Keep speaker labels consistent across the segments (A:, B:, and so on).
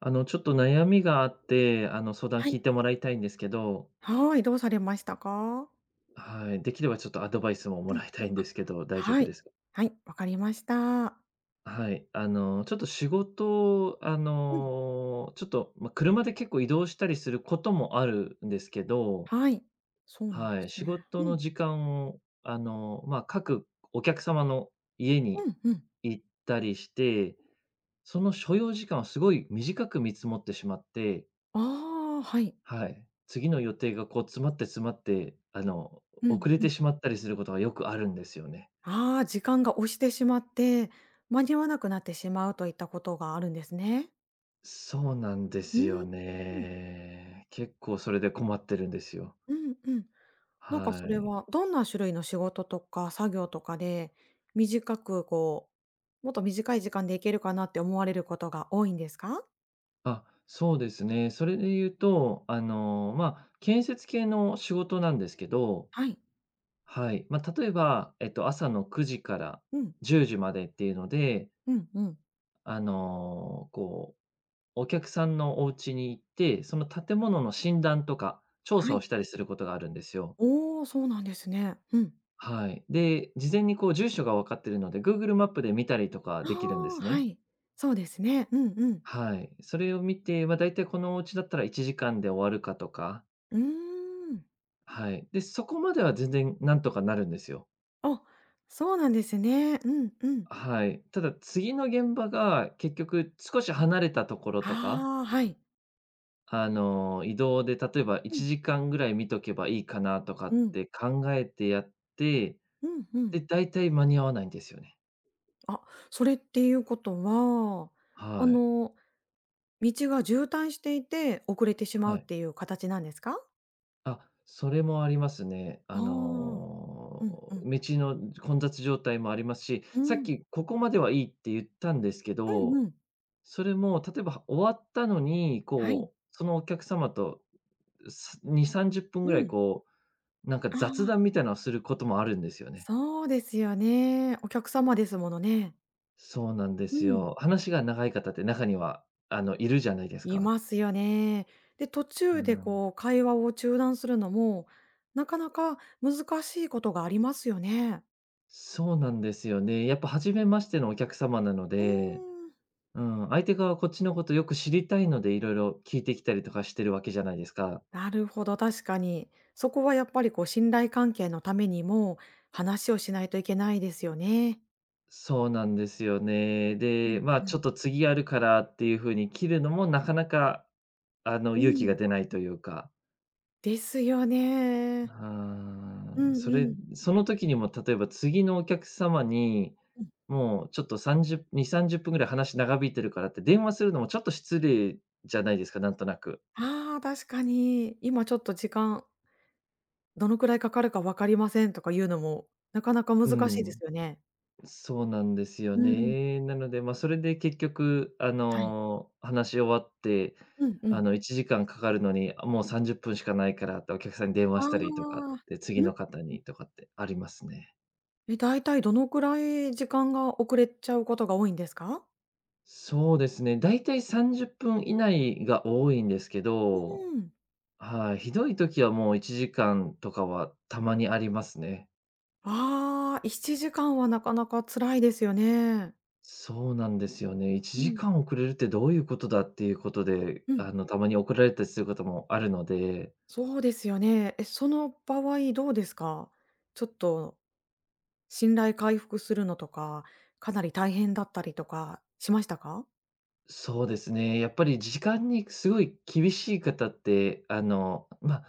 A: ちょっと悩みがあって、相談
B: はい。
A: 聞いてもらいたいんですけど、
B: はい、どうされましたか？
A: はい、できればちょっとアドバイスもも
B: うん。
A: らいたいんですけど、大丈
B: は
A: 夫
B: い。
A: ですか？
B: はい、わかりました。
A: はい、ちょっと仕事、
B: うん。
A: ちょっと、ま、車で結構移動したりすることもあるんですけど、
B: はい。そうなんで
A: はい、
B: す
A: 仕
B: ね。
A: 事
B: う
A: の
B: ん。
A: 時間を、まあ、各お客様の家に
B: うんうん。
A: 行ったりして、その所要時間をすごい短く見積もってしまって。
B: ああ、はい。
A: はい。次の予定がこう詰まって詰まって、
B: うん
A: 遅れ
B: う
A: て
B: ん。
A: しまったりすることがよくあるんですよね。
B: ああ、時間が押してしまって、間に合わなくなってしまうといったことがあるんですね。
A: そうなんで
B: う
A: すよ
B: んうん。
A: ね。結構それで困ってるんですよ。
B: うんうん。なんかそ
A: は
B: れ
A: い。
B: はどんな種類の仕事とか作業とかで、短くこう、もっと短い時間で行けるかなって思われることが多いんですか？
A: あ、そうですね。それで言うと、まあ、建設系の仕事なんですけど、
B: はい。
A: はい。まあ、例えば、朝の9時から
B: うん。
A: 10時までっていうので、
B: うんうん。
A: あの、こお客さんのお家に行って、その建物の診断とか調
B: は
A: 査を
B: い。
A: したりすることがあるんですよ。
B: おお、そうなんですね。うん。
A: はい。で、事前にこう住所が分かってるので、Google マップで見たりとか
B: あ
A: できるんで
B: あ、
A: す
B: は
A: ね。
B: い。そうですね。うんうん。
A: はい。それを見て、まあ、だいたいこのお家だったら1時間で終わるかとか、
B: うーん。
A: はい。で、そこまでは全然なんとかなるんですよ。
B: あ、そうなんですね。うんうん。
A: はい。ただ次の現場が結局少し離れたところとか、
B: ああ、はい。
A: 移動で例えば
B: うん。
A: 1時間ぐらい見とけばいいかなとか
B: う
A: っ
B: ん。
A: て考えてやって、
B: うんうん。
A: で、大体間に合わないんですよね。
B: あ、それっていうことは、あ
A: はい。
B: の、道が渋滞していて、遅れてしま
A: は
B: うっ
A: い。
B: ていう形なんですか？
A: あ、それもありますね。
B: ああ、うんうん。
A: 道の混雑状態もありますし、
B: う
A: さっ
B: ん。
A: きここまではいいって言ったんですけ
B: うん
A: ど、
B: うん。
A: それも例えば終わったのに、
B: はい。
A: こう、そのお客様と、2、30分ぐ
B: う
A: らい
B: ん。
A: こう、なんか
B: あ
A: 雑
B: あ、
A: 談みたいなのをすることもあるんですよね。
B: そうですよね。お客様ですものね。
A: そうなんで
B: う
A: す
B: ん。
A: よ。話が長い方って中には、いるじゃないです
B: い
A: か。
B: ますよね。で、途中
A: う
B: で
A: ん。
B: こう会話を中断するのも、なかなか難しいことがありますよね。
A: そうなんですよね。やっぱ初めましてのお客様なの
B: う
A: で、
B: ーん。
A: うん、相手側はこっちのことよく知りたいので、いろいろ聞いてきたりとかしてるわけじゃないですか。
B: なるほど、確かに。そこはやっぱりこう信頼関係のためにも、話をしないといけないですよね。
A: そうなんですよね。
B: う
A: で、
B: ん
A: まあ、
B: うん。
A: ちょっと次あるからっていう風に切るのもなかなか、
B: う
A: 勇気
B: ん、
A: が出ないというか。
B: ですよ
A: う
B: ね。
A: ー
B: う
A: ん、
B: んうん。
A: その時にも例えば次のお客様に、
B: うん。
A: もうちょっと302、30分ぐらい話長引いてるからって電話するのもちょっと失礼じゃないですか、なんとなく。
B: ああ、確かに。今ちょっと時間どのくらいかかるかわかりませんとか言うのも、なかなか難
A: う
B: しいで
A: ん。
B: すよね。
A: そうなんですよ
B: うん、
A: ね。なので、まあ、それで結局、
B: はい。
A: 話し終わって、
B: うんうん。
A: 1時間かんかかるのに、あ、もう30分しかないからってお客さんに電話
B: あ
A: したりとかっ
B: あ、
A: て、
B: う
A: 次の
B: ん。
A: 方にとかってありますね。
B: え、大体どのくらい時間が遅れちゃうことが多いんですか？
A: そうですね、だいたい30分以内が多いんですけど、
B: うん。
A: はい、ひどい時はもう1時間とかはたまにありますね。
B: ああ、7時間はなかなか辛いですよね。
A: そうなんですよね。1
B: うん。
A: 時間遅れるってどういうことだっていうことで、
B: うん、
A: たまに怒られたりすることもあるので。
B: そうですよね。え、その場合どうですか？ちょっと信頼回復するのとか、かなり大変だったりとかしましたか？
A: そうですね。やっぱり時間にすごい厳しい方って、まあ、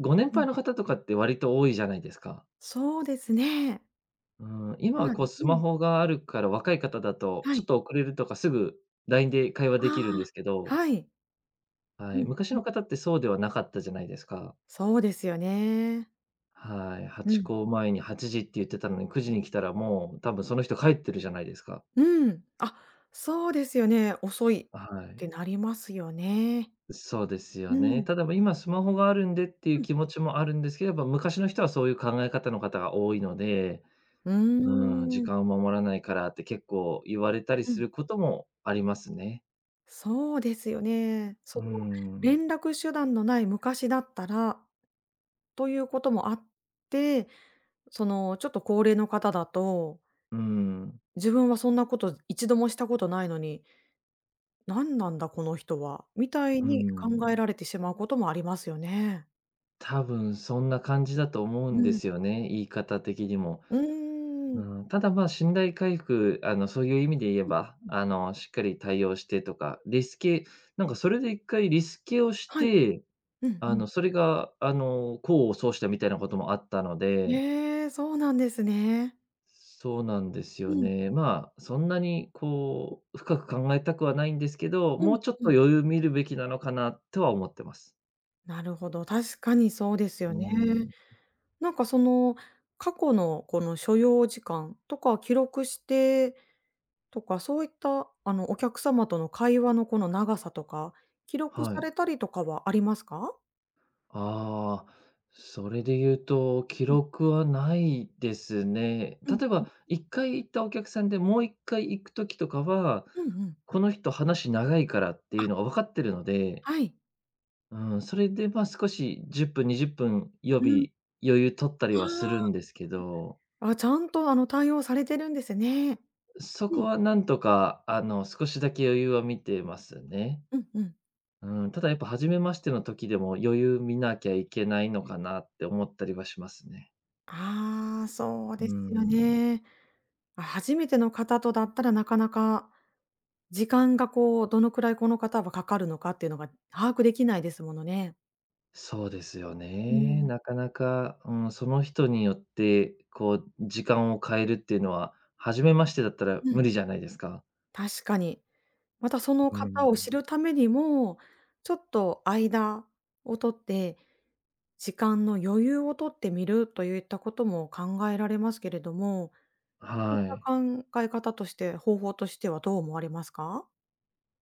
A: ご年
B: うん。
A: 配の方とかって割と多いじゃないですか。
B: そうですね。
A: うん、
B: か
A: 今は
B: な
A: こう
B: りう
A: スマ
B: ん、
A: ホがあるから若い方だと、
B: は
A: ちょ
B: い。
A: っと遅れるとかすぐ LINE で会話
B: あ
A: できるんですけ
B: あ、
A: ど、
B: はい。う
A: はい、
B: ん、
A: 昔
B: うん。
A: の方ってそうではなかったじゃないですか。
B: そうですよね。
A: はい、8
B: うん。
A: 個前に8時って言ってたのに9時に来たらもう多分その人帰ってるじゃないですか。
B: うん。あ、そうですよね。遅いっ
A: はい。
B: てなりますよね。
A: そうですよ
B: う
A: ね。
B: ん。
A: ただ、ま、今スマホがあるんでってい
B: う
A: う
B: ん。
A: 気持ちもあるんですけど、やっぱ昔の人はそういう考え方の方が多いので、
B: う
A: うーん、時
B: ーん。
A: 間を守らないからって結構言われたり
B: う
A: す
B: ん。
A: ることもありますね。
B: そうですよね。そ
A: うー
B: の、
A: ん、
B: 連絡手段のない昔だったらということもあって、その、ちょっと高齢の方だと、
A: うーん、
B: 自分はそんなこと一度もしたことないのに、なんなんだこの人は、みたい
A: うー
B: に考え
A: ん。
B: られてしまうこともありますよね。
A: 多分そんな感じだと思う
B: う
A: んで
B: ん。
A: すよね、言い方的にも。
B: うー
A: う
B: ん。
A: ーん、ただ、ま、信頼回復、そういう意味で言えば、
B: うん。
A: しっかり対応してとか、リスケなんかそれで一回リスケをし
B: はい。
A: て、
B: うんうん。
A: それが、功を奏したみたいなこともあったので、
B: ええ、そうなんですね。
A: そうなんです
B: う
A: よ
B: ん、
A: ね。まあ、そんなにこう、深く考えたくはないんですけど、
B: うん、
A: もうちょっ
B: う
A: と
B: ん。
A: 余裕見るべきなのかなとは思ってます。
B: なるほど、確かにそうです
A: う
B: よ
A: ー
B: ね。
A: ん、
B: なんかその、過去のこの所要時間とか記録してとか、そういったお客様との会話のこの長さとか、記録
A: は
B: さ
A: い。
B: れたりとかはありますか？
A: ああ、それで言うと、記
B: うん、
A: 録はないですね。
B: うん。
A: 例えば、1回行ったお客さんで、もう1回行くときとかは、
B: うんうん。
A: この人話長いからっていうのが分かってるので、
B: はい。
A: うん、それで、ま、少し10分、20分予
B: うん、
A: 備、余裕取ったりは
B: あ
A: するん
B: あ。
A: ですけど、
B: あ、ちゃんと対応されてるんですね。
A: そ
B: う
A: こ
B: ん。
A: はなんとか、少しだけ余裕は見てますね。
B: うんうん。
A: うん、ただやっぱ初めましての時でも余裕見なきゃいけないのかなって思ったりはしますね。
B: ああ、そう
A: う
B: ですよ
A: ん、
B: ね。あ、初めての方とだったらなかなか時間がこう、どのくらいこの方はかかるのかっていうのが把握できないですものね。
A: そうですよ
B: う
A: ね。
B: ん。
A: なかなか、うん、その人によって、こう、時間を変えるっていうのは、初めましてだったら
B: うん、
A: 無理じゃないですか。
B: 確かに。またその
A: う
B: 方
A: ん、
B: を知るためにも、ちょっと間を取って、時間の余裕を取ってみるといったことも考えられますけれども、そういっ
A: は
B: た
A: い。
B: 考え方として、方法としてはどう思われますか？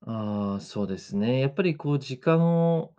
A: ああ、そうですね。やっぱりこう時間を、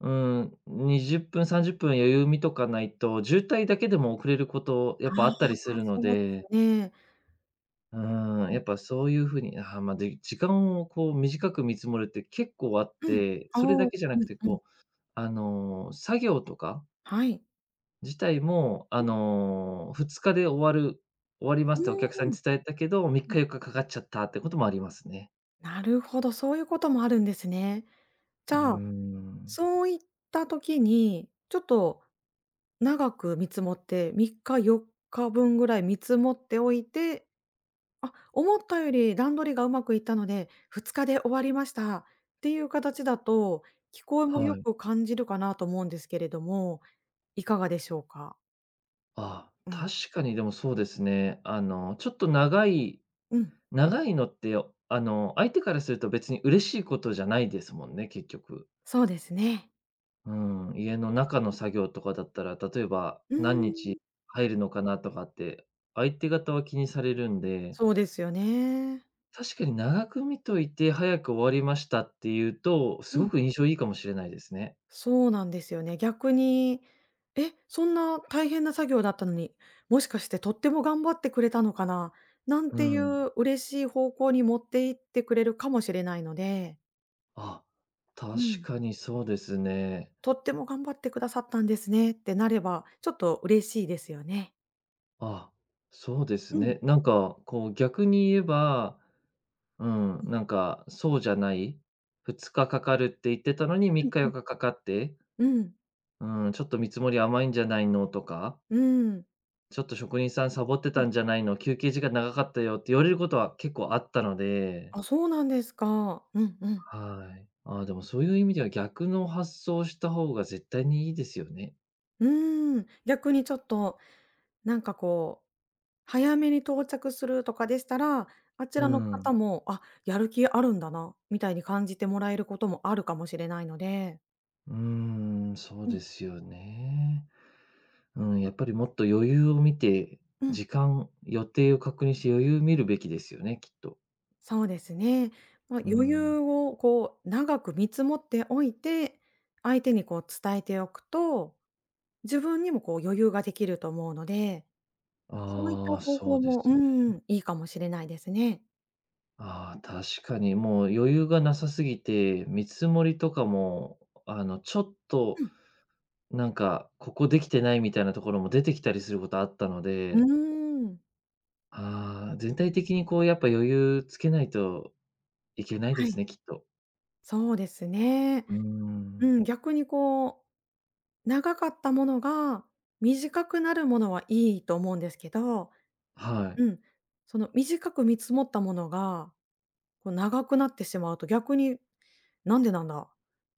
A: うん、20分、30分余裕見とかないと、渋滞だけでも遅れること
B: あ
A: やっぱあったりす
B: あ、
A: るの
B: そうですよ
A: で、
B: ね。
A: うん、やっぱそういう風に、まあ、で、時間をこう短く見積もるって結構あっ
B: うん。
A: て、
B: ああ、
A: それ
B: う
A: だけじゃなく
B: ん
A: て
B: うん。
A: こう、作業とか
B: はい。
A: 自体も、
B: う
A: 2日で終わります
B: ん、
A: ってお
B: う
A: 客さ
B: ー
A: んに
B: ん。
A: 伝えたけど、3
B: う
A: 日
B: ん。
A: 4日かかかっちゃったってこともありますね。
B: なるほど、そういうこともあるんですね。じ
A: うー
B: ゃあ、
A: ん、
B: そういった時に、ちょっと長く見積もって、3日、4日分ぐらい見積もっておいて、あ、思ったより段取りがうまくいったので、2日で終わりましたっていう形だと、聞こえもよ
A: はい。
B: く感じるかなと思うんですけれども、いかがでしょうか？
A: あ、
B: うん、
A: 確かにでもそうですね。ちょっと長い
B: うん、
A: 長いのって、相手からすると別に嬉しいことじゃないですもんね、結局。
B: そうですね。
A: うん、家の中の作業とかだったら、例えば
B: うー
A: 何日
B: ん、
A: 入るのかなとかって、相手方は気にされるんで、
B: そうですよね。
A: 確かに長く見といて早く終わりましたっていうと、
B: う
A: すご
B: ん。
A: く印象いいかもしれないですね。
B: そうなんですよね。逆に、え、そんな大変な作業だったのに、もしかしてとっても頑張ってくれたのかな、なん
A: う
B: てい
A: ん。
B: う嬉しい方向に持っていってくれるかもしれないので、
A: あ、確
B: うん。
A: かにそうですね。
B: とっても頑張ってくださったんですねってなれば、ちょっと嬉しいですよね。
A: あ、そうで
B: う
A: す
B: ん、
A: ね。なんか、こう、逆に言えば、うん、
B: うん、
A: なんか、そうじゃない、2日かかかるって言ってたのに
B: う
A: 3
B: ん
A: 日
B: うん。
A: 4日かかかって、
B: うん、
A: うん、ちょっと見積もり甘いんじゃないのとか、
B: うん。
A: ちょっと職人さんサボって
B: うん
A: たんじゃないの、休憩時間長かったよって言われることは結構あったので、
B: あ、そうなんですか。うんうん。
A: はい。ああ、でもそういう意味では逆の発想をした方が絶対にいいですよね。
B: うーん、逆にちょっと、なんかこう早めに到着するとかでしたら、あち
A: う
B: らの
A: ん。
B: 方も、あ、やる気あるんだな、みたいに感じてもらえることもあるかもしれないので。
A: うーん、そう
B: う
A: で
B: ん、
A: すよね。うん、やっぱりもっと余裕を見て、
B: うん、
A: 時間、予定を確認して余裕を見るべきですよね、きっと。
B: そうですね。まあ、
A: う
B: 余
A: ん。
B: 裕をこう長く見積もっておいて、相手にこう伝えておくと、自分にもこう余裕ができると思うので、そういった
A: ああ、
B: 方
A: そ
B: 法
A: うで
B: も、
A: す
B: う
A: ね。
B: ん、いいかもしれないですね。
A: ああ、確かにもう余裕がなさすぎて、見積もりとかも、ちょっと、
B: う
A: なんか、ここできてないみたいなところも出てきたりすることあったの
B: ん、う
A: で、
B: ーん。
A: ああ、全体的にこうやっぱ余裕つけないといけないで
B: は
A: す
B: い、
A: ね、きっと。
B: そうですね。
A: うー
B: う
A: ん。
B: ん、逆にこう長かったものが、短くなるものはいいと思うんですけど、
A: はい、
B: うん、その短く見積もったものが、こう長くなってしまうと逆に「なんでなんだ」っ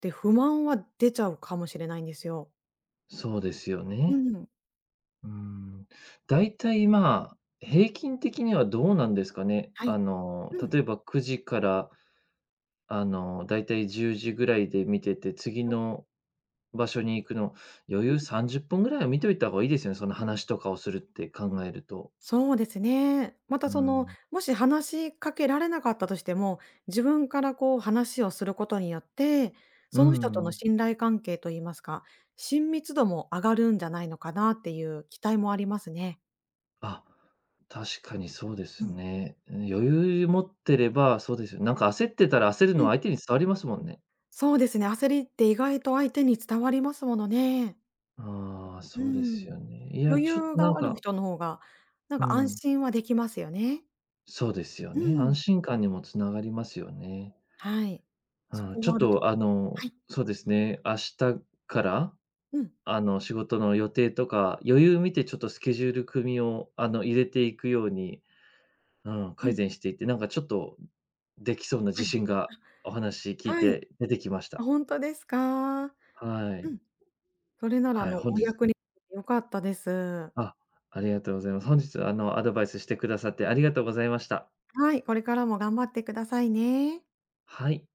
B: て不満は出ちゃうかもしれないんですよ。
A: そうですよ
B: う
A: ね。
B: ん、
A: うーん、大体、まあ、平均的にはどうなんですかね。
B: はい。うん、
A: 例えば9時から、だいたい10時ぐらいで見てて、次の場所に行くの、余裕30分ぐらいは見といた方がいいですよね、その話とかをするって考えると。
B: そうですね。また
A: う
B: その、
A: ん。
B: もし話しかけられなかったとしても、自分からこう話をすることによって、
A: う
B: その人との
A: ん。
B: 信頼関係といいますか、親密度も上がるんじゃないのかなっていう期待もありますね。
A: あ、確かにそうで
B: う
A: す
B: ん。
A: ね。余裕持ってれば、そうですよ。なんか焦ってたら焦る
B: う
A: の
B: ん。
A: は相手に伝わりますもんね。
B: そうですね、焦りって意外と相手に伝わりますものね。
A: ああ、
B: う
A: そうです
B: ん。
A: よね。いや、
B: 余
A: ちょっ
B: 裕
A: と
B: が
A: なん
B: ある
A: か、
B: 人の方が、なん
A: う
B: か安
A: ん。
B: 心はできますよね。
A: そうですよ
B: う
A: ね。安
B: ん。
A: 心感にもつながりますよね。
B: はい。
A: う
B: そ
A: ん、
B: こ
A: ちょ
B: は
A: っ
B: あると
A: と
B: はい。
A: そうですね、明日から、
B: うん。
A: 仕事の予定とか、余裕見てちょっとスケジュール組みを、入れていくように、うん、
B: う
A: 改
B: ん。
A: 善していって、なんかちょっとできそうな
B: は
A: 自
B: い。
A: 信がお話聞
B: あ、
A: い
B: はい。
A: て出てきまし
B: あ、
A: た。
B: ほんとですか？
A: は
B: う
A: い。
B: ん。それなら、
A: はい、本
B: お
A: 日
B: 役に立てて良かったです。
A: あ、ありがとうございます。本日アドバイスしてくださってありがとうございました。
B: はい、これからも頑張ってくださいね。
A: はい。